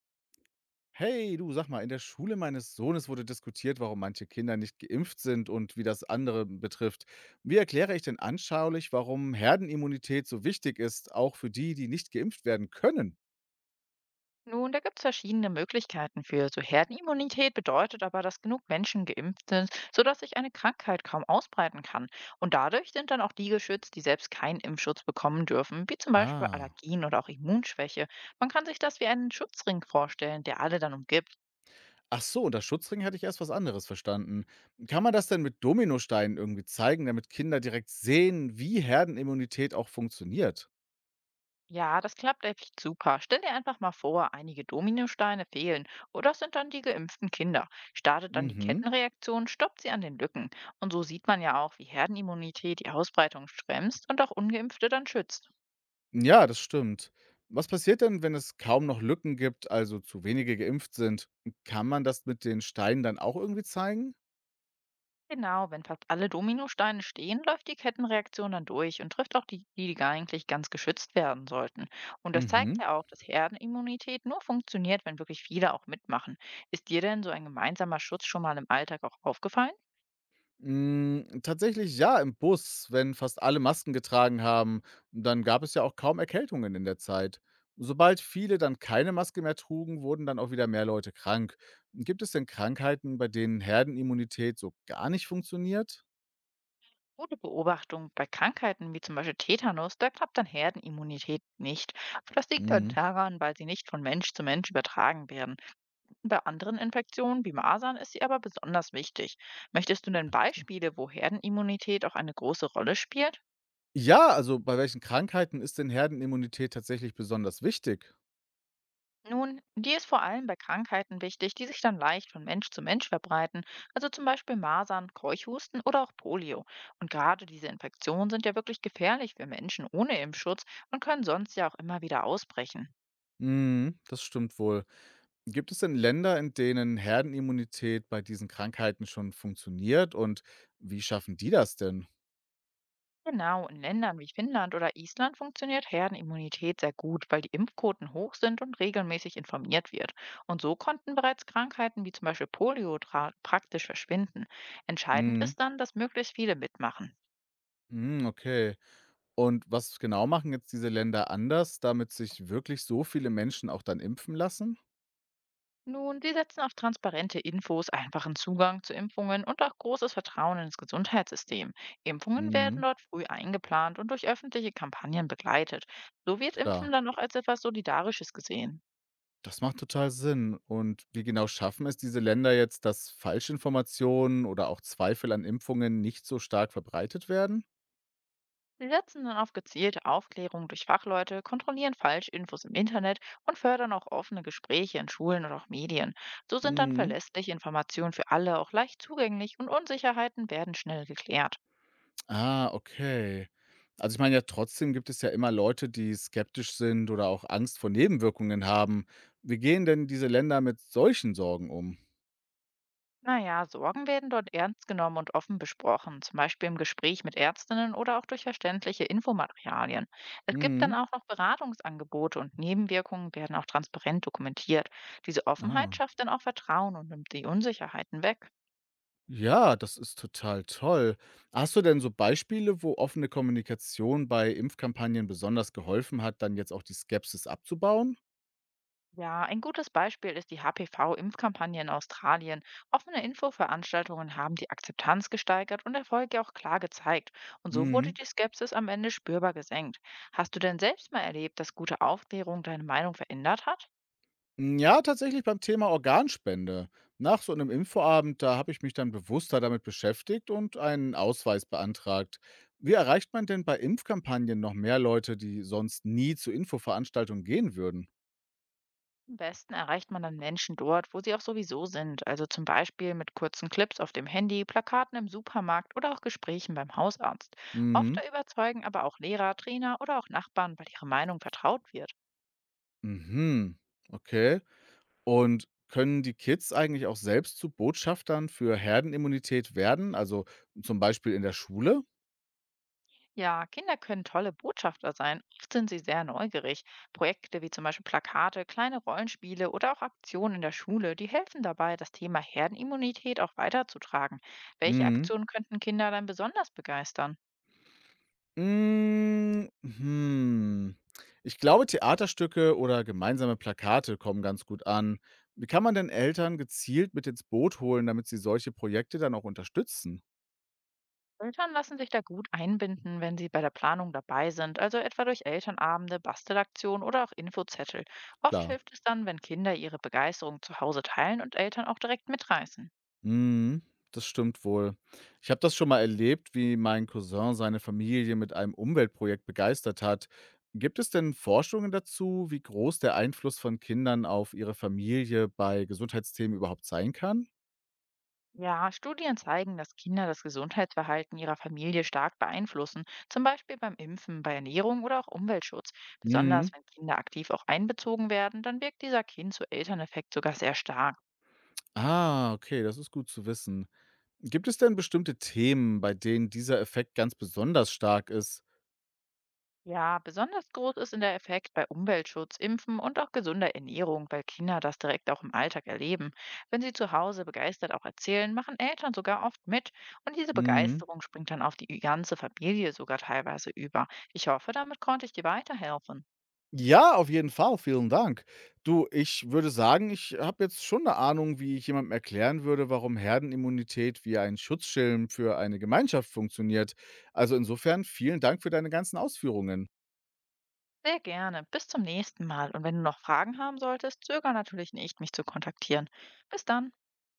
Hey, du, sag mal, in der Schule meines Sohnes wurde diskutiert, warum manche Kinder nicht geimpft sind und wie das andere betrifft. Wie erkläre ich denn anschaulich, warum Herdenimmunität so wichtig ist, auch für die, die nicht geimpft werden können? Nun, da gibt es verschiedene Möglichkeiten für. So Herdenimmunität bedeutet aber, dass genug Menschen geimpft sind, sodass sich eine Krankheit kaum ausbreiten kann. Und dadurch sind dann auch die geschützt, die selbst keinen Impfschutz bekommen dürfen, wie zum Beispiel Ah. Allergien oder auch Immunschwäche. Man kann sich das wie einen Schutzring vorstellen, der alle dann umgibt. Ach so, unter Schutzring hatte ich erst was anderes verstanden. Kann man das denn mit Dominosteinen irgendwie zeigen, damit Kinder direkt sehen, wie Herdenimmunität auch funktioniert? Ja, das klappt echt super. Stell dir einfach mal vor, einige Dominosteine fehlen oder es sind dann die geimpften Kinder. Startet dann die Mhm. Kettenreaktion, stoppt sie an den Lücken. Und so sieht man ja auch, wie Herdenimmunität die Ausbreitung bremst und auch Ungeimpfte dann schützt. Ja, das stimmt. Was passiert denn, wenn es kaum noch Lücken gibt, also zu wenige geimpft sind? Kann man das mit den Steinen dann auch irgendwie zeigen? Genau, wenn fast alle Dominosteine stehen, läuft die Kettenreaktion dann durch und trifft auch die, die gar eigentlich ganz geschützt werden sollten. Und das zeigt Mhm. ja auch, dass Herdenimmunität nur funktioniert, wenn wirklich viele auch mitmachen. Ist dir denn so ein gemeinsamer Schutz schon mal im Alltag auch aufgefallen? Mm, tatsächlich ja, im Bus, wenn fast alle Masken getragen haben, dann gab es ja auch kaum Erkältungen in der Zeit. Sobald viele dann keine Maske mehr trugen, wurden dann auch wieder mehr Leute krank. Gibt es denn Krankheiten, bei denen Herdenimmunität so gar nicht funktioniert? Ohne Beobachtung bei Krankheiten wie zum Beispiel Tetanus, da klappt dann Herdenimmunität nicht. Das liegt dann Mhm. daran, weil sie nicht von Mensch zu Mensch übertragen werden. Bei anderen Infektionen wie Masern ist sie aber besonders wichtig. Möchtest du denn Beispiele, wo Herdenimmunität auch eine große Rolle spielt? Ja, also bei welchen Krankheiten ist denn Herdenimmunität tatsächlich besonders wichtig? Nun, die ist vor allem bei Krankheiten wichtig, die sich dann leicht von Mensch zu Mensch verbreiten, also zum Beispiel Masern, Keuchhusten oder auch Polio. Und gerade diese Infektionen sind ja wirklich gefährlich für Menschen ohne Impfschutz und können sonst ja auch immer wieder ausbrechen. Mhm, das stimmt wohl. Gibt es denn Länder, in denen Herdenimmunität bei diesen Krankheiten schon funktioniert, und wie schaffen die das denn? Genau, in Ländern wie Finnland oder Island funktioniert Herdenimmunität sehr gut, weil die Impfquoten hoch sind und regelmäßig informiert wird. Und so konnten bereits Krankheiten wie zum Beispiel Polio praktisch verschwinden. Entscheidend Mhm. ist dann, dass möglichst viele mitmachen. Mhm, okay. Und was genau machen jetzt diese Länder anders, damit sich wirklich so viele Menschen auch dann impfen lassen? Nun, sie setzen auf transparente Infos, einfachen Zugang zu Impfungen und auch großes Vertrauen ins Gesundheitssystem. Impfungen werden Mhm, dort früh eingeplant und durch öffentliche Kampagnen begleitet. So wird klar. Impfen dann auch als etwas Solidarisches gesehen. Das macht total Sinn. Und wie genau schaffen es diese Länder jetzt, dass Falschinformationen oder auch Zweifel an Impfungen nicht so stark verbreitet werden? Sie setzen dann auf gezielte Aufklärung durch Fachleute, kontrollieren Falschinfos im Internet und fördern auch offene Gespräche in Schulen und auch Medien. So sind dann Mhm. verlässliche Informationen für alle auch leicht zugänglich und Unsicherheiten werden schnell geklärt. Ah, okay. Also ich meine ja, trotzdem gibt es ja immer Leute, die skeptisch sind oder auch Angst vor Nebenwirkungen haben. Wie gehen denn diese Länder mit solchen Sorgen um? Naja, Sorgen werden dort ernst genommen und offen besprochen, zum Beispiel im Gespräch mit Ärztinnen oder auch durch verständliche Infomaterialien. Es gibt dann Mhm. auch noch Beratungsangebote und Nebenwirkungen werden auch transparent dokumentiert. Diese Offenheit Ah. schafft dann auch Vertrauen und nimmt die Unsicherheiten weg. Ja, das ist total toll. Hast du denn so Beispiele, wo offene Kommunikation bei Impfkampagnen besonders geholfen hat, dann jetzt auch die Skepsis abzubauen? Ja, ein gutes Beispiel ist die HPV-Impfkampagne in Australien. Offene Infoveranstaltungen haben die Akzeptanz gesteigert und Erfolge auch klar gezeigt. Und so wurde Mhm. die Skepsis am Ende spürbar gesenkt. Hast du denn selbst mal erlebt, dass gute Aufklärung deine Meinung verändert hat? Hm, ja, tatsächlich beim Thema Organspende. Nach so einem Infoabend, da habe ich mich dann bewusster damit beschäftigt und einen Ausweis beantragt. Wie erreicht man denn bei Impfkampagnen noch mehr Leute, die sonst nie zu Infoveranstaltungen gehen würden? Am besten erreicht man dann Menschen dort, wo sie auch sowieso sind, also zum Beispiel mit kurzen Clips auf dem Handy, Plakaten im Supermarkt oder auch Gesprächen beim Hausarzt. Oft Mhm. überzeugen aber auch Lehrer, Trainer oder auch Nachbarn, weil ihre Meinung vertraut wird. Mhm. Okay. Und können die Kids eigentlich auch selbst zu Botschaftern für Herdenimmunität werden, also, zum Beispiel in der Schule? Ja, Kinder können tolle Botschafter sein. Oft sind sie sehr neugierig. Projekte wie zum Beispiel Plakate, kleine Rollenspiele oder auch Aktionen in der Schule, die helfen dabei, das Thema Herdenimmunität auch weiterzutragen. Welche Mhm. Aktionen könnten Kinder dann besonders begeistern? Hm, hm. Ich glaube, Theaterstücke oder gemeinsame Plakate kommen ganz gut an. Wie kann man denn Eltern gezielt mit ins Boot holen, damit sie solche Projekte dann auch unterstützen? Eltern lassen sich da gut einbinden, wenn sie bei der Planung dabei sind, also etwa durch Elternabende, Bastelaktionen oder auch Infozettel. Oft Klar. hilft es dann, wenn Kinder ihre Begeisterung zu Hause teilen und Eltern auch direkt mitreißen. Mhm, das stimmt wohl. Ich habe das schon mal erlebt, wie mein Cousin seine Familie mit einem Umweltprojekt begeistert hat. Gibt es denn Forschungen dazu, wie groß der Einfluss von Kindern auf ihre Familie bei Gesundheitsthemen überhaupt sein kann? Ja, Studien zeigen, dass Kinder das Gesundheitsverhalten ihrer Familie stark beeinflussen, zum Beispiel beim Impfen, bei Ernährung oder auch Umweltschutz. Hm. Besonders wenn Kinder aktiv auch einbezogen werden, dann wirkt dieser Kind-zu-Eltern-Effekt sogar sehr stark. Ah, okay, das ist gut zu wissen. Gibt es denn bestimmte Themen, bei denen dieser Effekt ganz besonders stark ist? Ja, besonders groß ist in der Effekt bei Umweltschutz, Impfen und auch gesunder Ernährung, weil Kinder das direkt auch im Alltag erleben. Wenn sie zu Hause begeistert auch erzählen, machen Eltern sogar oft mit und diese Mhm. Begeisterung springt dann auf die ganze Familie sogar teilweise über. Ich hoffe, damit konnte ich dir weiterhelfen. Ja, auf jeden Fall, vielen Dank. Du, ich würde sagen, ich habe jetzt schon eine Ahnung, wie ich jemandem erklären würde, warum Herdenimmunität wie ein Schutzschirm für eine Gemeinschaft funktioniert. Also, insofern vielen Dank für deine ganzen Ausführungen. Sehr gerne. Bis zum nächsten Mal. Und wenn du noch Fragen haben solltest, zöger natürlich nicht, mich zu kontaktieren. Bis dann.